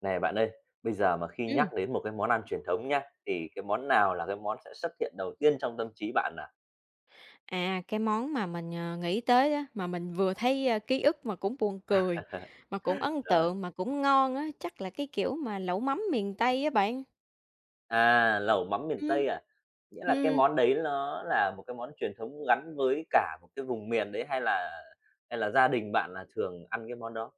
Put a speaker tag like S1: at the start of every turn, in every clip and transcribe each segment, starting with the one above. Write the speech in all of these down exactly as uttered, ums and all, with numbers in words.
S1: Này bạn ơi, bây giờ mà khi nhắc
S2: Ừm,
S1: đến một cái món ăn truyền thống nhá, thì cái món nào là cái món sẽ xuất hiện đầu tiên trong tâm trí bạn nào?
S2: à, cái món mà mình, ờ, nghĩ tới á, mà mình vừa thấy, a, ký ức mà cũng buồn cười, mà cũng ấn
S1: Trời,
S2: tượng, mà cũng ngon á, chắc là cái kiểu mà lẩu mắm miền Tây á bạn.
S1: à, lẩu mắm miền
S2: Ừm.
S1: Tây à? Nghĩa là cái
S2: Ừm,
S1: món đấy nó là một cái món truyền thống gắn với cả một cái vùng miền đấy hay là hay là gia đình bạn là thường ăn cái món đó?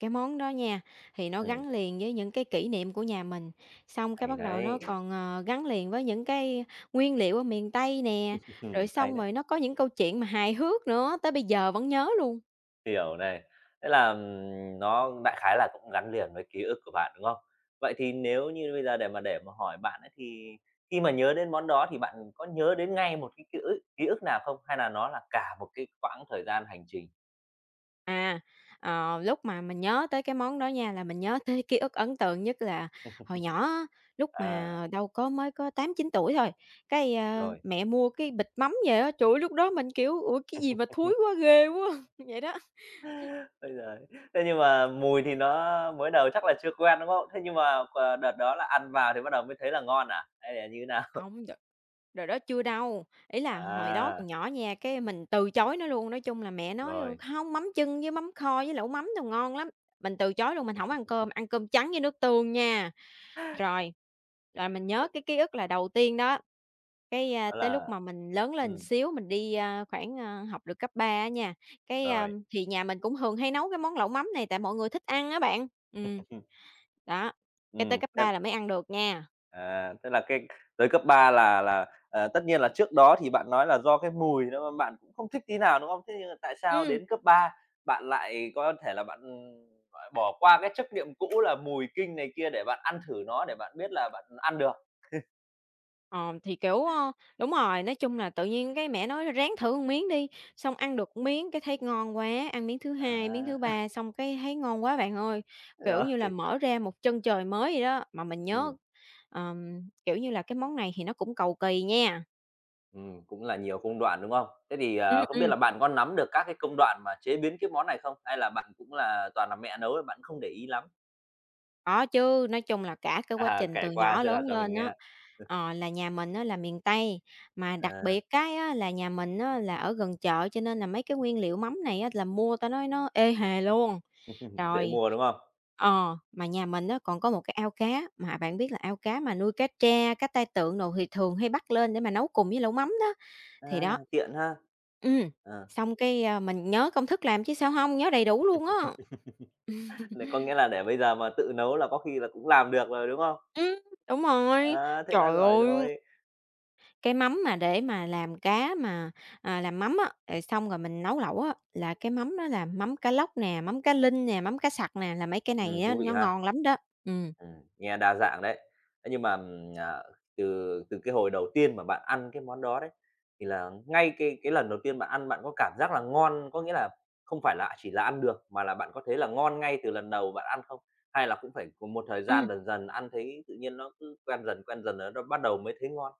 S2: cái món đó nha, thì nó
S1: Ừm,
S2: gắn liền với những cái kỷ niệm của nhà mình, xong cái
S1: hay
S2: bắt đầu nó
S1: đấy,
S2: còn, ờ, gắn liền với những cái nguyên liệu ở miền Tây nè, rồi
S1: hay
S2: xong
S1: đấy.
S2: rồi nó có những câu chuyện mà hài hước nữa, tới bây giờ vẫn nhớ luôn.
S1: Hiểu này. Thế là, ừm, nó đại khái là cũng gắn liền với ký ức của bạn, đúng không? Vậy thì nếu như bây giờ để mà để mà hỏi bạn ấy thì khi mà nhớ đến món đó thì bạn có nhớ đến ngay một cái ký ức ký ức nào không? Hay là nó là cả một cái quãng thời gian hành trình?
S2: À, ờ, lúc mà mình nhớ tới cái món đó nha, là mình nhớ tới ký ức ấn tượng nhất là hồi nhỏ á, lúc
S1: À,
S2: mà đâu có mới có tám chín tuổi thôi, cái, a,
S1: rồi.
S2: mẹ mua cái bịch mắm về á, trời ơi, lúc đó mình, kiểu, "Ủa, cái gì mà thúi quá, ghê quá!" Vậy đó.
S1: Bây giờ thế nhưng mà mùi thì nó mới đầu chắc là chưa quen, đúng không? Thế nhưng mà, ờ, đợt đó là ăn vào thì bắt đầu mới thấy là ngon à? Hay là như thế nào?
S2: Không đ Rồi đó chưa đâu, ý là hồi đó còn
S1: À,
S2: nhỏ nha, cái mình từ chối nó luôn, nói chung là mẹ nói: "Ờ,
S1: rồi,
S2: hông, mắm chưng với mắm kho với lẩu mắm đồ ngon lắm." Mình từ chối luôn, mình không ăn cơm, ăn cơm trắng với nước tương nha. Rồi, rồi mình nhớ cái ký ức là đầu tiên đó. Cái, a,
S1: đó
S2: tới lúc
S1: là
S2: mà mình lớn lên
S1: ừm,
S2: xíu, mình đi, a, khoảng, a, học được cấp ba á nha, cái, a,
S1: rồi,
S2: thì nhà mình cũng thường hay nấu cái món lẩu mắm này tại mọi người thích ăn á bạn. Ừm, đó,
S1: ừ.
S2: cái tới cấp
S1: Thế
S2: ba là mới ăn được nha.
S1: à, tức là cái tới cấp ba là là, ờ, tất nhiên là trước đó thì bạn nói là do cái mùi nữa bạn cũng không thích tí nào, đúng không? Thế nhưng mà tại sao
S2: Ừm.
S1: đến cấp ba bạn lại có thể là bạn, gọi, bỏ qua cái chấp niệm cũ là mùi kinh này kia để bạn ăn thử nó để bạn biết là bạn ăn được?
S2: Ờ, thì, kiểu, ơ đúng rồi, nói chung là tự nhiên cái mẹ nói "Ráng thử một miếng đi", xong ăn được một miếng cái thấy ngon quá, ăn miếng thứ hai miếng thứ
S1: À,
S2: ba xong cái thấy ngon quá bạn ơi, kiểu
S1: rồi,
S2: như là, mở ra một chân trời mới vậy đó. Mà mình nhớ,
S1: ừm,
S2: ờm, kiểu như là, cái món này thì nó cũng cầu kỳ nha.
S1: ừm, cũng là nhiều công đoạn, đúng không? Thế thì,
S2: Ừm,
S1: ờ, không biết
S2: ừm.
S1: là bạn có nắm được các cái công đoạn mà chế biến cái món này không? Hay là bạn cũng là toàn là mẹ nấu bạn không để ý lắm?
S2: Có chứ, nói chung là cả cái quá
S1: À,
S2: trình từ
S1: kể qua
S2: nhỏ
S1: sẽ là
S2: lớn
S1: cho mình
S2: lên á,
S1: nghe.
S2: ờ, là nhà mình á là miền Tây, mà đặc
S1: À,
S2: biệt cái á là nhà mình á là ở gần chợ, cho nên là mấy cái nguyên liệu mắm này á là mua tao nói nó ê hề luôn.
S1: dễ
S2: Rồi.
S1: mua, đúng không?
S2: Ờ, mà nhà mình á còn có một cái ao cá, mà bạn biết là ao cá mà nuôi cá tra, cá tai tượng đồ thì thường hay bắt lên để mà nấu cùng với lẩu mắm đó, thì
S1: À,
S2: đó.
S1: tiện ha.
S2: Ừm,
S1: Ờ,
S2: Xong cái, a, mình nhớ công thức làm chứ sao không nhớ đầy đủ luôn á.
S1: nè, có nghĩa là để bây giờ mà tự nấu là có khi là cũng làm được rồi, đúng không?
S2: Ừm, đúng rồi,
S1: À, thế là
S2: trời
S1: giỏi
S2: ơi!
S1: rồi.
S2: Cái mắm mà để mà làm cá mà, à, làm mắm á, rồi xong rồi mình nấu lẩu á, là cái mắm đó là mắm cá lóc nè, mắm cá linh nè, mắm cá sặc nè, là mấy cái này
S1: Ừm,
S2: á
S1: thú vị
S2: nó
S1: ha.
S2: ngon lắm đó. Ừm.
S1: Ừm, nghe đa dạng đấy. Thế nhưng mà, ừm, ờ, từ từ cái hồi đầu tiên mà bạn ăn cái món đó đấy, thì là ngay cái cái lần đầu tiên bạn ăn bạn có cảm giác là ngon, có nghĩa là không phải là chỉ là ăn được, mà là bạn có thấy là ngon ngay từ lần đầu bạn ăn không? Hay là cũng phải cùng một thời
S2: Ừm.
S1: gian dần dần ăn thấy tự nhiên nó cứ quen dần, quen dần rồi nó bắt đầu mới thấy ngon?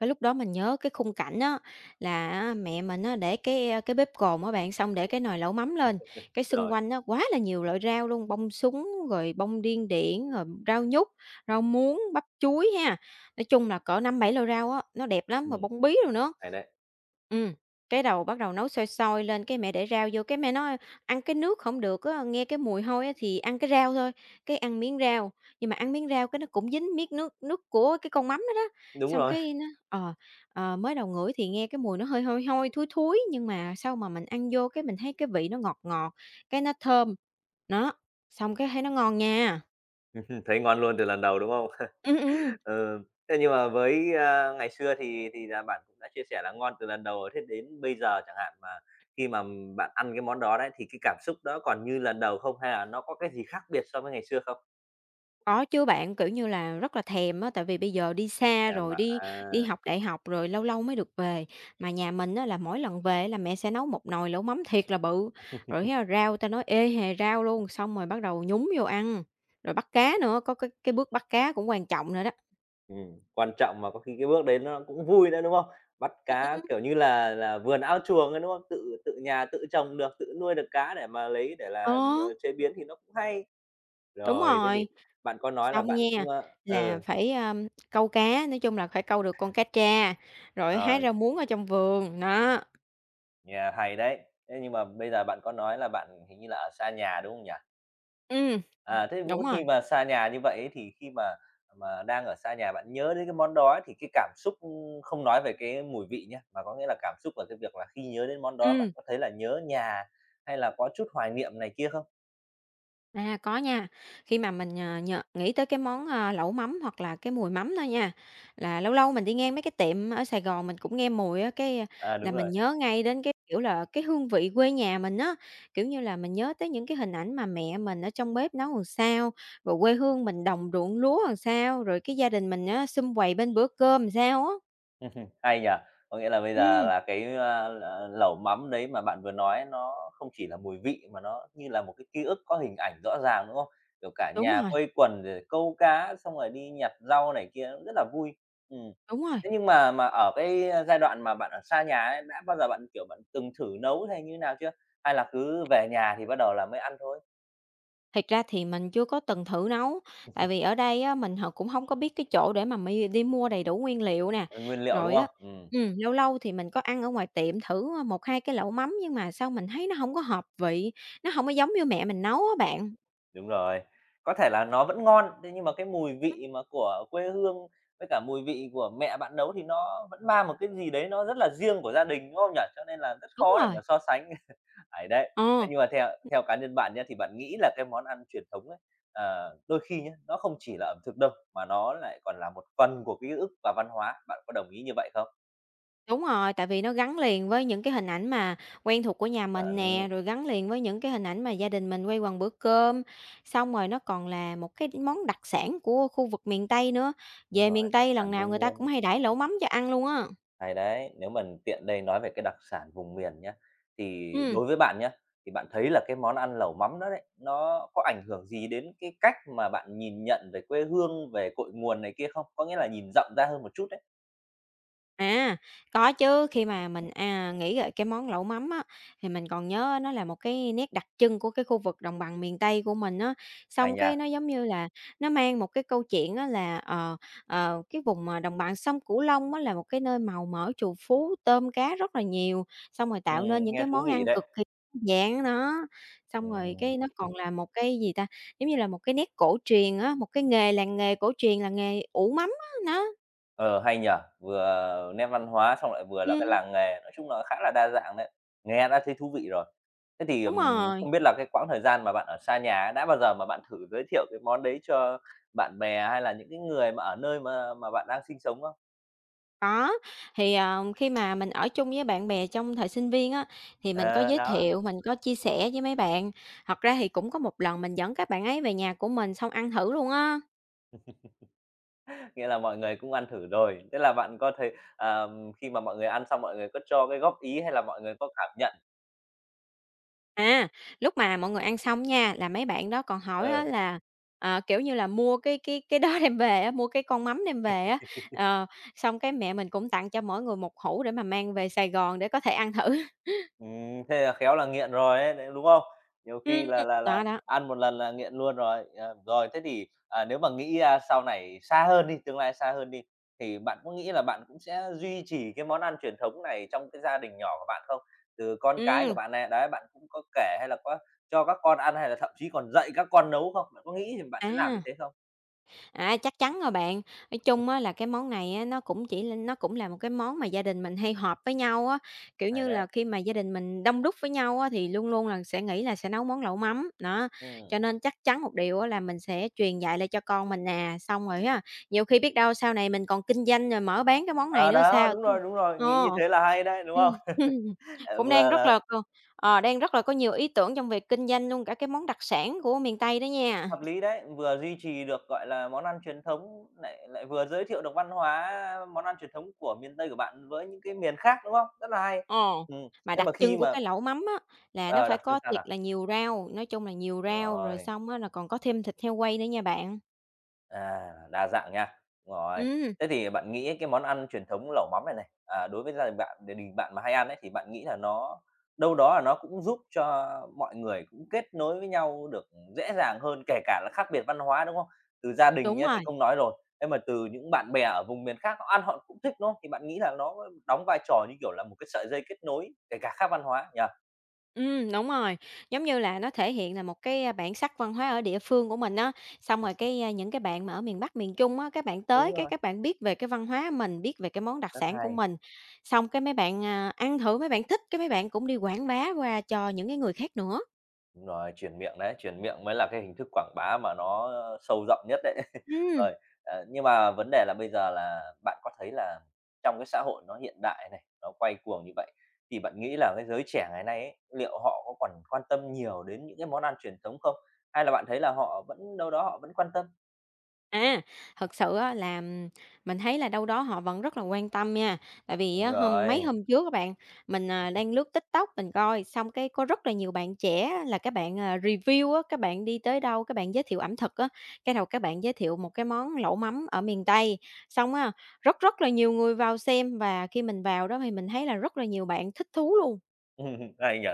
S2: Cái lúc đó mình nhớ cái khung cảnh á, là á mẹ mình á để cái, cái bếp cồn á bạn, xong để cái nồi lẩu mắm lên, cái xung
S1: Rồi,
S2: quanh á quá là nhiều loại rau luôn, bông súng, rồi bông điên điển, rồi rau nhút, rau muống, bắp chuối ha. Nói chung là cỡ năm bảy loại rau á, nó đẹp lắm, mà
S1: ừm,
S2: bông bí rồi nữa.
S1: hay đấy.
S2: Ừm, cái đầu bắt đầu nấu sôi sôi lên, cái mẹ để rau vô, cái mẹ nói: "Ăn cái nước không được á, nghe cái mùi hôi á thì ăn cái rau thôi." Cái ăn miếng rau, nhưng mà ăn miếng rau cái nó cũng dính miết nước nước của cái con mắm đó đó,
S1: Đúng
S2: xong
S1: rồi.
S2: cái nó. Ờ, ờ, Mới đầu ngửi thì nghe cái mùi nó hơi hôi hôi, thối thối, nhưng mà sau mà mình ăn vô cái mình thấy cái vị nó ngọt ngọt, cái nó thơm, nó xong cái thấy nó ngon nha.
S1: Thấy ngon luôn từ lần đầu, đúng không?
S2: Ừm, ừm.
S1: Ừ, thế nhưng mà với, a, ngày xưa thì thì là bạn cũng đã chia sẻ là ngon từ lần đầu rồi, thế đến bây giờ chẳng hạn mà khi mà m- bạn ăn cái món đó đấy, thì cái cảm xúc đó còn như lần đầu không? Hay là nó có cái gì khác biệt so với ngày xưa không?
S2: Có chứ bạn, kiểu như là, rất là thèm á, tại vì bây giờ đi xa
S1: Thèm
S2: rồi,
S1: à?
S2: đi
S1: À,
S2: đi học đại học rồi lâu lâu mới được về. Mà nhà mình á là mỗi lần về là mẹ sẽ nấu một nồi lẩu mắm thiệt là bự, rồi thế là rau ta nói ê hề rau luôn, xong rồi bắt đầu nhúng vô ăn, rồi bắt cá nữa, có cái cái bước bắt cá cũng quan trọng nữa đó.
S1: ừm, quan trọng mà có khi cái bước đấy nó cũng vui nữa, đúng không? Bắt
S2: Ừm,
S1: cá,
S2: ừm.
S1: kiểu như là là, vườn ao chuồng ấy, đúng không? Tự tự nhà tự trồng được, tự nuôi được cá để mà lấy để
S2: Ờ,
S1: là, ờ, chế biến thì nó cũng hay.
S2: đúng
S1: Rồi, thế thì
S2: rồi.
S1: bạn có nói là
S2: Xong
S1: bạn
S2: nha,
S1: cũng, ờ
S2: là
S1: ừ,
S2: phải, a, câu cá, nói chung là phải câu được con cá tra, rồi hái
S1: rồi.
S2: rau muống ở trong vườn, đó.
S1: Yeah, hay đấy. Thế nhưng mà bây giờ bạn có nói là bạn hình như là ở xa nhà, đúng không nhỉ?
S2: Ừm,
S1: À, thế
S2: đúng
S1: mỗi
S2: rồi,
S1: khi mà xa nhà như vậy ấy, thì khi mà mà đang ở xa nhà bạn nhớ đến cái món đó ấy, thì cái cảm xúc không nói về cái mùi vị nhé mà có nghĩa là cảm xúc ở cái việc là khi nhớ đến món đó bạn
S2: ừm.
S1: có thấy là nhớ nhà hay là có chút hoài niệm này kia không?
S2: À, có nha. Khi mà mình, ờ, nhờ nghĩ tới cái món, a, lẩu mắm hoặc là cái mùi mắm thôi nha, là lâu lâu mình đi ngang mấy cái tiệm ở Sài Gòn mình cũng nghe mùi á, cái à,
S1: À,
S2: là
S1: đúng
S2: mình
S1: rồi.
S2: nhớ ngay đến cái, kiểu là, cái hương vị quê nhà mình á. Kiểu như là, mình nhớ tới những cái hình ảnh mà mẹ mình ở trong bếp nấu làm sao, rồi quê hương mình đồng ruộng lúa làm sao, rồi cái gia đình mình á sum vầy bên bữa cơm làm sao á.
S1: Hay nhỉ? Có nghĩa là bây giờ
S2: Ừm,
S1: là cái, a, l lẩu mắm đấy mà bạn vừa nói nó không chỉ là mùi vị mà nó như là một cái ký ức có hình ảnh rõ ràng, đúng không? Kiểu, cả
S2: đúng
S1: nhà
S2: rồi,
S1: quây quần rồi câu cá, xong rồi đi nhặt rau này kia rất là vui. Ừm,
S2: đúng rồi.
S1: thế nhưng mà mà ở cái, giai đoạn mà bạn ở xa nhà ấy, đã bao giờ bạn, kiểu, bạn từng thử nấu hay như thế nào chưa? Hay là cứ về nhà thì bắt đầu là mới ăn thôi?
S2: Thiệt ra thì mình chưa có từng thử nấu, tại vì ở đây á, mình h cũng không có biết cái chỗ để mà mi đi mua đầy đủ nguyên liệu nè.
S1: Ờ, nguyên liệu, đúng
S2: Rồi á.
S1: không? Ừm.
S2: Ừm, lâu lâu thì mình có ăn ở ngoài tiệm thử, ờ, một hai cái lẩu mắm nhưng mà sao mình thấy nó không có hợp vị, nó không có giống như mẹ mình nấu á bạn.
S1: Đúng rồi. Có thể là nó vẫn ngon, thế nhưng mà cái mùi vị mà của quê hương với cả mùi vị của mẹ bạn nấu thì nó vẫn mang một cái gì đấy nó rất là riêng của gia đình, đúng không nhỉ? Cho nên là rất
S2: Đúng
S1: khó để
S2: rồi,
S1: mà so sánh. Ấy, đấy. Thế
S2: ờ.
S1: nhưng mà theo theo cá nhân bạn nhá, thì bạn nghĩ là cái món ăn truyền thống ấy, ờ, đôi khi nhé nó không chỉ là ẩm thực đâu, mà nó lại còn là một phần của ký ức và văn hóa. Bạn có đồng ý như vậy không?
S2: Đúng rồi, tại vì nó gắn liền với những cái hình ảnh mà quen thuộc của nhà mình nè,
S1: Chuẩn,
S2: rồi gắn liền với những cái hình ảnh mà gia đình mình quây quần bữa cơm. Xong rồi nó còn là một cái món đặc sản của khu vực miền Tây nữa.
S1: đúng
S2: Về miền
S1: rồi, đặc
S2: Tây lần
S1: sản
S2: nào
S1: vùng
S2: người ta cũng
S1: miền.
S2: hay đãi lẩu mắm cho ăn luôn á.
S1: Hay đấy, nếu mình tiện đây nói về cái đặc sản vùng miền nhé thì
S2: Ừm.
S1: đối với bạn nhé thì bạn thấy là cái món ăn lẩu mắm đó đấy, nó có ảnh hưởng gì đến cái cách mà bạn nhìn nhận về quê hương, về cội nguồn này kia không? Có nghĩa là nhìn rộng ra hơn một chút đấy.
S2: À, có chứ, khi mà mình, à, nghĩ về cái món lẩu mắm á, thì mình còn nhớ nó là một cái nét đặc trưng của cái khu vực đồng bằng miền Tây của mình á.
S1: Hay
S2: Xong cái
S1: nha,
S2: nó giống như là nó mang một cái câu chuyện á là, ờ, ờ, cái vùng, ờ, đồng bằng sông Cửu Long á là một cái nơi màu mỡ, trù phú, tôm cá rất là nhiều, xong rồi
S1: ừm,
S2: tạo nên những
S1: nghe
S2: cái
S1: thú
S2: món
S1: vị
S2: ăn
S1: đấy.
S2: cực kỳ dạng nó. Xong rồi
S1: Ừm.
S2: cái nó còn là một cái gì ta, giống như là một cái nét cổ truyền á, một cái nghề làng nghề cổ truyền là nghề ủ mắm á, nó
S1: Ờ, hay nhỉ? Vừa nét văn hóa xong lại vừa là cái
S2: ừm,
S1: làng nghề, nói chung là khá là đa dạng đấy. Nghe đã thấy thú vị rồi. Thế thì,
S2: đúng
S1: ừm,
S2: rồi.
S1: không biết là cái quãng thời gian mà bạn ở xa nhà á, đã bao giờ mà bạn thử giới thiệu cái món đấy cho bạn bè hay là những cái người mà ở nơi mà mà bạn đang sinh sống không?
S2: Có, thì, ờ, khi mà mình ở chung với bạn bè trong thời sinh viên á, thì mình có
S1: Ờ,
S2: giới
S1: đó,
S2: thiệu, mình có chia sẻ với mấy bạn. Thật ra thì cũng có một lần mình dẫn các bạn ấy về nhà của mình xong ăn thử luôn á.
S1: nghĩa là mọi người cũng ăn thử rồi. Thế là bạn có thấy, ờm, khi mà mọi người ăn xong mọi người có cho cái góp ý hay là mọi người có cảm nhận?
S2: À, lúc mà mọi người ăn xong nha, là mấy bạn đó còn hỏi á
S1: Ờ.
S2: là, ờ, kiểu như là, mua cái cái cái đó đem về á, mua cái con mắm đem về á, ờ, xong cái mẹ mình cũng tặng cho mỗi người một hũ để mà mang về Sài Gòn để có thể ăn thử.
S1: Ừm, thế là khéo là nghiện rồi ấy, đấy, đúng không? Nhiều khi
S2: Ừm,
S1: là là
S2: đó,
S1: là
S2: đó,
S1: ăn một lần là nghiện luôn rồi. Ờ, rồi thế thì, à, nếu mà nghĩ ra sau này xa hơn đi, tương lai xa hơn đi, thì bạn có nghĩ là bạn cũng sẽ duy trì cái món ăn truyền thống này trong cái gia đình nhỏ của bạn không? Từ con cái của
S2: ừ,
S1: bạn này, đấy, bạn cũng có kể hay là có cho các con ăn hay là thậm chí còn dạy các con nấu không? Bạn có nghĩ thì bạn sẽ làm như
S2: à.
S1: thế không?
S2: À, chắc chắn rồi bạn. Nói chung á là cái món này á, nó cũng chỉ là nó cũng là một cái món mà gia đình mình hay họp với nhau á, kiểu
S1: Này
S2: như là,
S1: đấy.
S2: khi mà gia đình mình đông đúc với nhau á, thì luôn luôn là sẽ nghĩ là sẽ nấu món lẩu mắm, đó.
S1: Ừ.
S2: Cho nên chắc chắn một điều á là mình sẽ truyền dạy lại cho con mình nè, xong rồi á, nhiều khi biết đâu sau này mình còn kinh doanh rồi mở bán cái món này
S1: Ờ,
S2: nữa
S1: đó,
S2: sao,
S1: đúng
S2: chứ
S1: rồi, đúng rồi, nghĩ như
S2: ờ.
S1: thế là hay đấy, đúng không?
S2: Ừm, cũng đang
S1: vừa
S2: rất
S1: là
S2: là ờ, đang rất là có nhiều ý tưởng trong việc kinh doanh luôn cả cái món đặc sản của miền Tây đó nha.
S1: Hợp lý đấy, vừa duy trì được, gọi là, món ăn truyền thống, lại lại vừa giới thiệu được văn hóa món ăn truyền thống của miền Tây của bạn với những cái miền khác, đúng không? Rất là hay.
S2: Ờ,
S1: Ừm,
S2: mà
S1: thế
S2: đặc
S1: mà khi
S2: trưng của
S1: mà
S2: cái lẩu mắm á, là nó
S1: ờ,
S2: phải
S1: đặc trưng
S2: có
S1: sao
S2: thiệt
S1: nào?
S2: là nhiều rau, nói chung là nhiều rau, rồi
S1: Rồi.
S2: xong á là còn có thêm thịt heo quay nữa nha bạn.
S1: À, đa dạng nha. Đúng rồi.
S2: Ừm,
S1: Thế thì bạn nghĩ cái món ăn truyền thống lẩu mắm này này, à, đối với gia đình bạn, đình đình bạn mà hay ăn ấy, thì bạn nghĩ là nó đâu đó là nó cũng giúp cho mọi người cũng kết nối với nhau được dễ dàng hơn, kể cả là khác biệt văn hóa, đúng không? Từ gia đình
S2: đúng
S1: nhá thì
S2: rồi,
S1: không nói rồi, thế mà từ những bạn bè ở vùng miền khác họ ăn họ cũng thích, đúng không? Thì bạn nghĩ là nó đóng vai trò như kiểu là một cái sợi dây kết nối, kể cả khác văn hóa nhỉ?
S2: ừm, đúng rồi, giống như là nó thể hiện là một cái, a, bản sắc văn hóa ở địa phương của mình á. Xong rồi cái, a, những cái bạn mà ở miền Bắc, miền Trung á, các bạn tới
S1: Đúng
S2: cái
S1: rồi,
S2: các bạn biết về cái văn hóa mình, biết về cái món đặc
S1: rất
S2: sản của
S1: hay.
S2: mình, xong cái mấy bạn, à, ăn thử mấy bạn thích, cái mấy bạn cũng đi quảng bá qua cho những cái người khác nữa.
S1: Đúng rồi, truyền miệng đấy, truyền miệng mới là cái hình thức quảng bá mà nó sâu rộng nhất đấy.
S2: Ừm.
S1: Rồi, ờ, nhưng mà vấn đề là bây giờ là bạn có thấy là trong cái xã hội nó hiện đại này, nó quay cuồng như vậy, thì bạn nghĩ là cái giới trẻ ngày nay ấy, liệu họ có còn quan tâm nhiều đến những cái món ăn truyền thống không? Hay là bạn thấy là họ vẫn đâu đó họ vẫn quan tâm?
S2: À, Thật sự á là mình thấy là đâu đó họ vẫn rất là quan tâm nha. Tại vì á,
S1: Đúng
S2: hôm mấy
S1: rồi,
S2: hôm trước các bạn, mình, à, đang lướt TikTok mình coi, xong cái có rất là nhiều bạn trẻ á là các bạn, à, review á, các bạn đi tới đâu, các bạn giới thiệu ẩm thực á, cái đầu các bạn giới thiệu một cái món lẩu mắm ở miền Tây. Xong á, rất rất là nhiều người vào xem và khi mình vào đó thì mình thấy là rất là nhiều bạn thích thú luôn.
S1: hay nhỉ?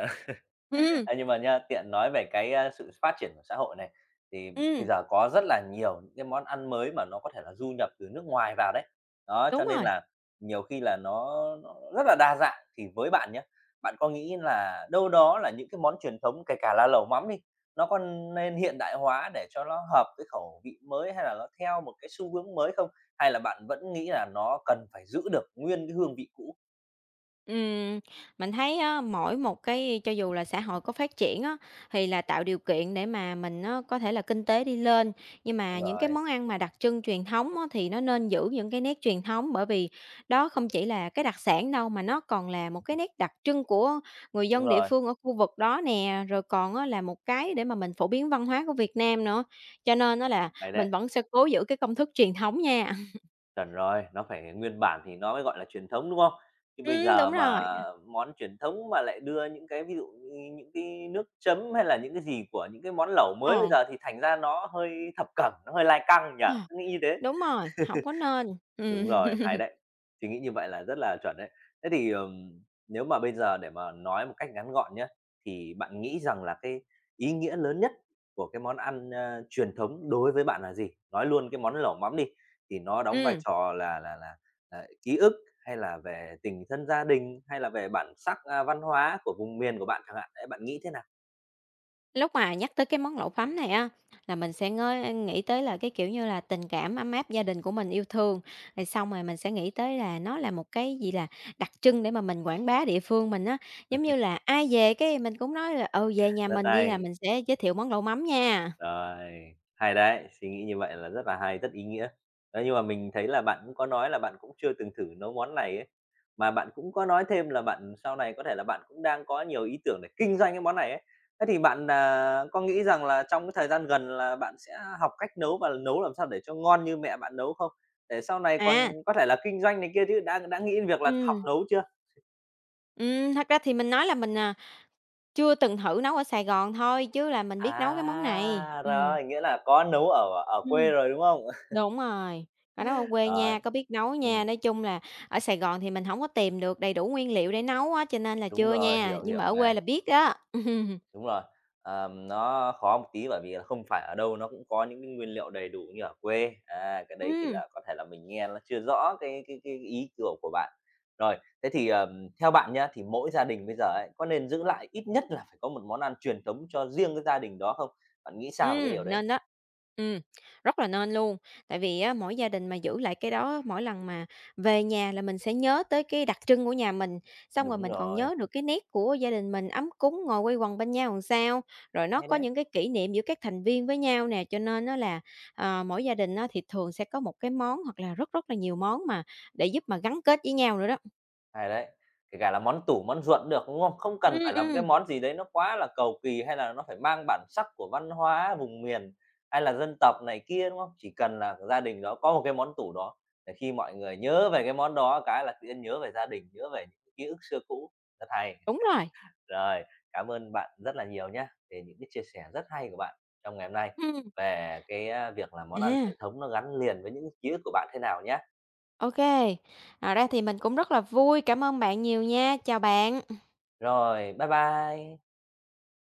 S2: Ừm,
S1: Ê, nhưng mà nha, tiện nói về cái, a, sự phát triển của xã hội này, thì bây
S2: ừm,
S1: giờ có rất là nhiều những cái món ăn mới mà nó có thể là du nhập từ nước ngoài vào đấy. Đó, cho
S2: đúng
S1: nên
S2: rồi.
S1: là nhiều khi là nó nó rất là đa dạng, thì với bạn nhé, bạn có nghĩ là đâu đó là những cái món truyền thống, kể cả là lẩu mắm đi, nó có nên hiện đại hóa để cho nó hợp với khẩu vị mới, hay là nó theo một cái xu hướng mới không? Hay là bạn vẫn nghĩ là nó cần phải giữ được nguyên cái hương vị cũ?
S2: Ừm, mình thấy á, mỗi một cái cho dù là xã hội có phát triển á, thì là tạo điều kiện để mà mình á, có thể là kinh tế đi lên, nhưng mà
S1: Đúng
S2: những cái
S1: rồi,
S2: món ăn mà đặc trưng truyền thống á, thì nó nên giữ những cái nét truyền thống, bởi vì đó không chỉ là cái đặc sản đâu mà nó còn là một cái nét đặc trưng của người
S1: đúng
S2: dân địa
S1: rồi,
S2: phương ở khu vực đó nè, rồi còn á, là một cái để mà mình phổ biến văn hóa của Việt Nam nữa. Cho nên á là
S1: hay đấy.
S2: mình vẫn sẽ cố giữ cái công thức truyền thống nha.
S1: Chuẩn rồi, nó phải nguyên bản thì nó mới gọi là truyền thống, đúng không? Chứ bây
S2: Ừm,
S1: giờ
S2: đúng rồi,
S1: mà món truyền thống mà lại đưa những cái ví dụ như những cái nước chấm hay là những cái gì của những cái món lẩu mới bây
S2: ờ.
S1: giờ thì thành ra nó hơi thập cẩm, nó hơi lai căng nhỉ?
S2: Ờ.
S1: Tôi nghĩ như thế.
S2: Đúng rồi, hổng có nên.
S1: Đúng
S2: Ừm,
S1: rồi, hay đấy. Suy nghĩ như vậy là rất là chuẩn đấy. Thế thì, ừm, nếu mà bây giờ để mà nói một cách ngắn gọn nhé, thì bạn nghĩ rằng là cái ý nghĩa lớn nhất của cái món ăn, ơ, truyền thống đối với bạn là gì? Nói luôn cái món lẩu mắm đi, thì nó đóng vai
S2: ừm,
S1: trò là là là, ờ, ký ức, hay là về tình thân gia đình, hay là về bản sắc, a, văn hóa của vùng miền của bạn chẳng hạn. Đấy, bạn nghĩ thế nào?
S2: lúc mà nhắc tới cái món lẩu phấm này á, là mình sẽ ngơi nghĩ tới là cái, kiểu như là, tình cảm ấm áp gia đình của mình yêu thương, rồi xong rồi mình sẽ nghĩ tới là nó là một cái gì là đặc trưng để mà mình quảng bá địa phương mình á. Giống như là ai về cái mình cũng nói là "Ừ, về nhà
S1: Rất
S2: mình đi là
S1: hay.
S2: mình sẽ giới thiệu món lẩu mắm nha."
S1: Rồi, hay đấy, suy nghĩ như vậy là rất là hay, rất ý nghĩa. Đấy, nhưng mà mình thấy là bạn cũng có nói là bạn cũng chưa từng thử nấu món này ấy, mà bạn cũng có nói thêm là bạn sau này có thể là bạn cũng đang có nhiều ý tưởng để kinh doanh cái món này ấy. Thế thì bạn, à, có nghĩ rằng là trong cái thời gian gần là bạn sẽ học cách nấu và nấu làm sao để cho ngon như mẹ bạn nấu không? Để sau này còn
S2: À,
S1: có thể là kinh doanh này kia chứ, đã đã nghĩ đến việc là học
S2: ừm,
S1: nấu chưa?
S2: ừm, thật ra thì mình nói là mình, à, chưa từng thử nấu ở Sài Gòn thôi chứ là mình biết nấu cái món này.
S1: À,
S2: Ừm,
S1: rồi, nghĩa là có nấu ở ở quê
S2: ừm.
S1: rồi, đúng không?
S2: Đúng rồi, có nấu ở quê
S1: Rồi.
S2: nha, có biết nấu
S1: Ừm.
S2: nha. Nói chung là ở Sài Gòn thì mình hổng có tìm được đầy đủ nguyên liệu để nấu á, cho nên là
S1: Đúng
S2: chưa
S1: rồi,
S2: nha,
S1: hiểu,
S2: nhưng
S1: hiểu
S2: mà ở quê
S1: này,
S2: là biết đó.
S1: đúng rồi. Ờm, nó khó một tí bởi vì là không phải ở đâu nó cũng có những cái nguyên liệu đầy đủ như ở quê, à, cái đấy thì
S2: Ừm.
S1: là có thể là mình nghe nó chưa rõ cái cái cái ý của của bạn. Rồi, thế thì, ờm, theo bạn nhá, thì mỗi gia đình bây giờ ấy, có nên giữ lại ít nhất là phải có một món ăn truyền thống cho riêng cái gia đình đó không? Bạn nghĩ sao về cái
S2: Ừm,
S1: điều đấy?
S2: nên đó. Ừm, rất là nên luôn. Tại vì á, mỗi gia đình mà giữ lại cái đó, mỗi lần mà về nhà là mình sẽ nhớ tới cái đặc trưng của nhà mình, xong rồi
S1: Đúng
S2: mình còn
S1: rồi,
S2: nhớ được cái nét của gia đình mình ấm cúng, ngồi quây quần bên nhau làm sao, rồi nó
S1: hay
S2: có
S1: đấy.
S2: những cái kỷ niệm giữa các thành viên với nhau nè. Cho nên á là, ờ, mỗi gia đình á, thì thường sẽ có một cái món hoặc là rất rất là nhiều món mà để giúp mà gắn kết với nhau nữa đó.
S1: Hay đấy, kể cả là món tủ, món ruộng được, đúng không? Không cần phải
S2: Ừm,
S1: là một
S2: ừm,
S1: cái món gì đấy nó quá là cầu kỳ, hay là nó phải mang bản sắc của văn hóa vùng miền, hay là dân tộc này kia, đúng không? Chỉ cần là gia đình đó có một cái món tủ đó, để khi mọi người nhớ về cái món đó cái là tự nhiên nhớ về gia đình, nhớ về những ký ức xưa cũ. Rất hay.
S2: đúng rồi.
S1: Rồi, cảm ơn bạn rất là nhiều nhé về những cái chia sẻ rất hay của bạn trong ngày hôm nay
S2: Ừm,
S1: về cái, a, việc là món ăn truyền
S2: à,
S1: thống nó gắn liền với những ký ức của bạn thế nào nhé.
S2: ô kê. Ngoài ra thì mình cũng rất là vui, cảm ơn bạn nhiều nha. Chào bạn.
S1: Rồi, bye bye.